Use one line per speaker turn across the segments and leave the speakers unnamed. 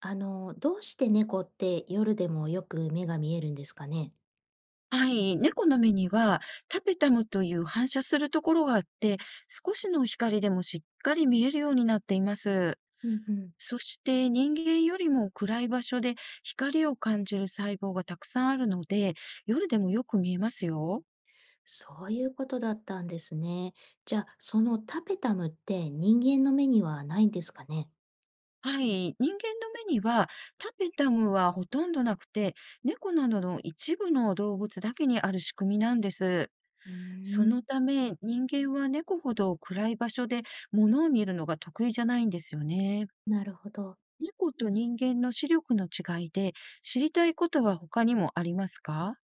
どうして猫って夜でもよく目が見えるんですかね？
はい、猫の目にはタペタムという反射するところがあって、少しの光でもしっかり見えるようになっています。
うんうん。
そして人間よりも暗い場所で光を感じる細胞がたくさんあるので、夜でもよく見えますよ。
そういうことだったんですね。じゃあ、そのタペタムって人間の目にはないんですかね？
はい、人間の目にはタペタムはほとんどなくて、猫などの一部の動物だけにある仕組みなんです。
うー
その
ん。
ため人間は猫ほど暗い場所で物を見るのが得意じゃないんですよね。
なるほど。
猫と人間の視力の違いで知りたいことは他にもありますか？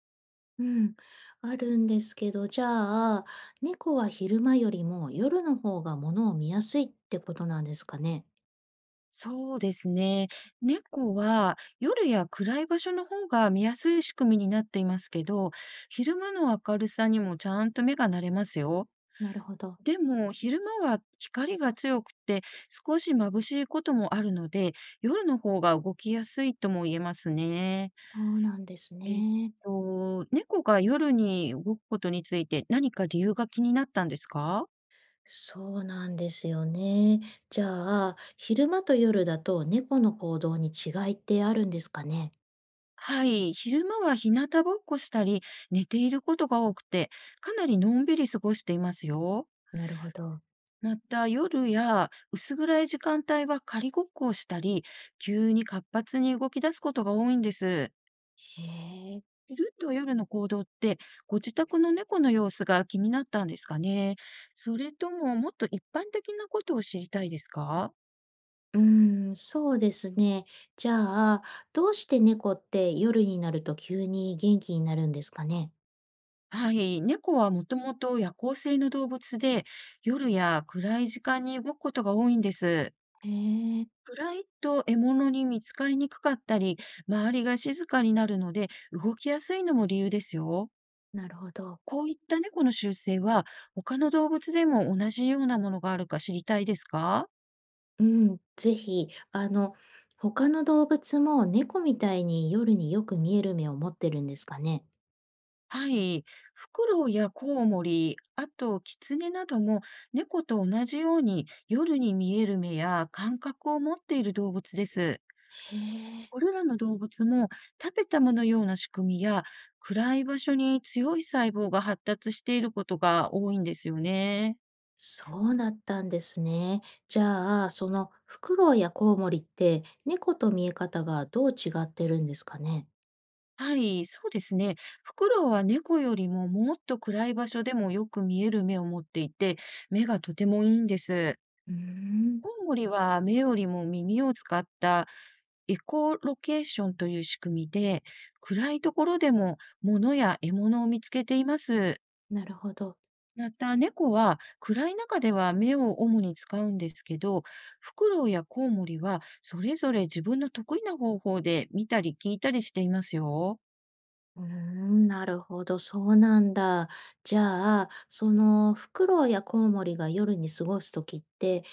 うん。あるんですけど、じゃあ、猫は昼間よりも夜の方が物を見やすいってことなんですかね？
そうですね。猫は夜や暗い場所の方が見やすい仕組みになっていますけど、昼間の明るさにもちゃんと目が慣れますよ。
なるほど。
でも昼間は光が強くて少し眩しいこともあるので、夜の方が動きやすいとも言えますね。
そうなんです
えっ
ね。
と、猫が夜に動くことについて何か理由が気になったんですか？
そうなんですよね。じゃあ、昼間と夜だと猫の行動に違いってあるんですかね。
はい、昼間は日向ぼっこしたり、寝ていることが多くて、かなりのんびり過ごしていますよ。
なるほど。
また、夜や薄暗い時間帯は仮ごっこをしたり、急に活発に動き出すことが多いんです。
へえ。
昼と夜の行動って、ご自宅の猫の様子が気になったんですかね。それとも、もっと一般的なことを知りたいですか？
うーん、そうですね。じゃあ、どうして猫って夜になると急に元気になるんですかね。
はい、猫はもともと夜行性の動物で、夜や暗い時間に動くことが多いんです。
へえ、
暗いと獲物に見つかりにくかったり、周りが静かになるので動きやすいのも理由ですよ。
なるほど。
こういった猫の習性は他の動物でも同じようなものがあるか知りたいですか？
うん、ぜひ、他の動物も猫みたいに夜によく見える目を持ってるんですかね。
はい。フクロウやコウモリ、あとキツネなども猫と同じように夜に見える目や感覚を持っている動物です。
へえ。
これらの動物も食べたものような仕組みや暗い場所に強い細胞が発達していることが多いんですよね。
そうだったんですね。じゃあ、そのフクロウやコウモリって猫と見え方がどう違ってるんですかね。
はい、そうですね。フクロウは猫よりももっと暗い場所でもよく見える目を持っていて、目がとてもいいんです。
うーん、
コウモリは目よりも耳を使ったエコロケーションという仕組みで、暗いところでも物や獲物を見つけています。
なるほど。
また、猫は暗い中では目を主に使うんですけど、フクロウやコウモリはそれぞれ自分の得意な方法で見たり聞いたりしていますよ。
うーん、なるほど。そうなんだ。じゃあ、そのフクロウやコウモリが夜に過ごすときって、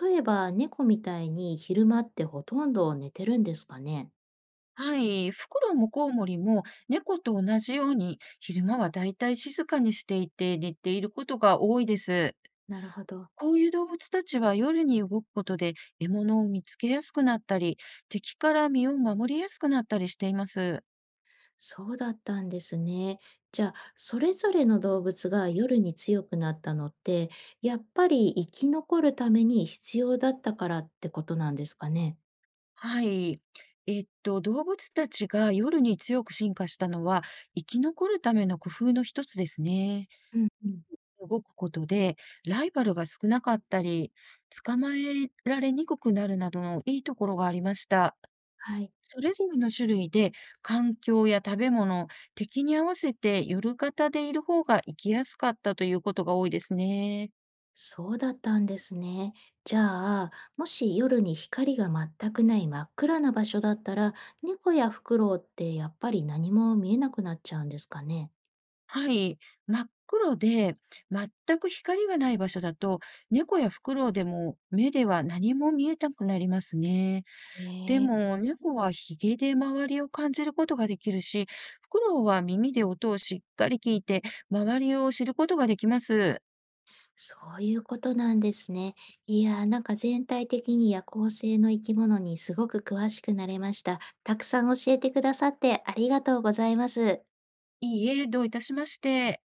例えば猫みたいに昼間ってほとんど寝てるんですかね。
はい、フクロウもコウモリも猫と同じように昼間はだいたい静かにしていて寝ていることが多いです。
なるほど。
こういう動物たちは夜に動くことで獲物を見つけやすくなったり、敵から身を守りやすくなったりしています。
そうだったんですね。じゃあ、それぞれの動物が夜に強くなったのって、やっぱり生き残るために必要だったからってことなんですかね。
はい。えっと、動物たちが夜に強く進化したのは、生き残るための工夫の一つですね。
うんうん。
動くことで、ライバルが少なかったり、捕まえられにくくなるなどのいいところがありました。
はい。
それぞれの種類で、環境や食べ物、敵に合わせて夜型でいる方が生きやすかったということが多いですね。
そうだったんですね。じゃあ、もし夜に光が全くない真っ暗な場所だったら、猫やフクロウってやっぱり何も見えなくなっちゃうんですかね。
はい、真っ黒で全く光がない場所だと、猫やフクロウでも目では何も見えなくなりますね。
へ
で
え。
も猫はヒゲで周りを感じることができるし、フクロウは耳で音をしっかり聞いて周りを知ることができます。
そういうことなんですね。いやー、なんか全体的に夜行性の生き物にすごく詳しくなれました。たくさん教えてくださってありがとうございます。
いいえ、どういたしまして。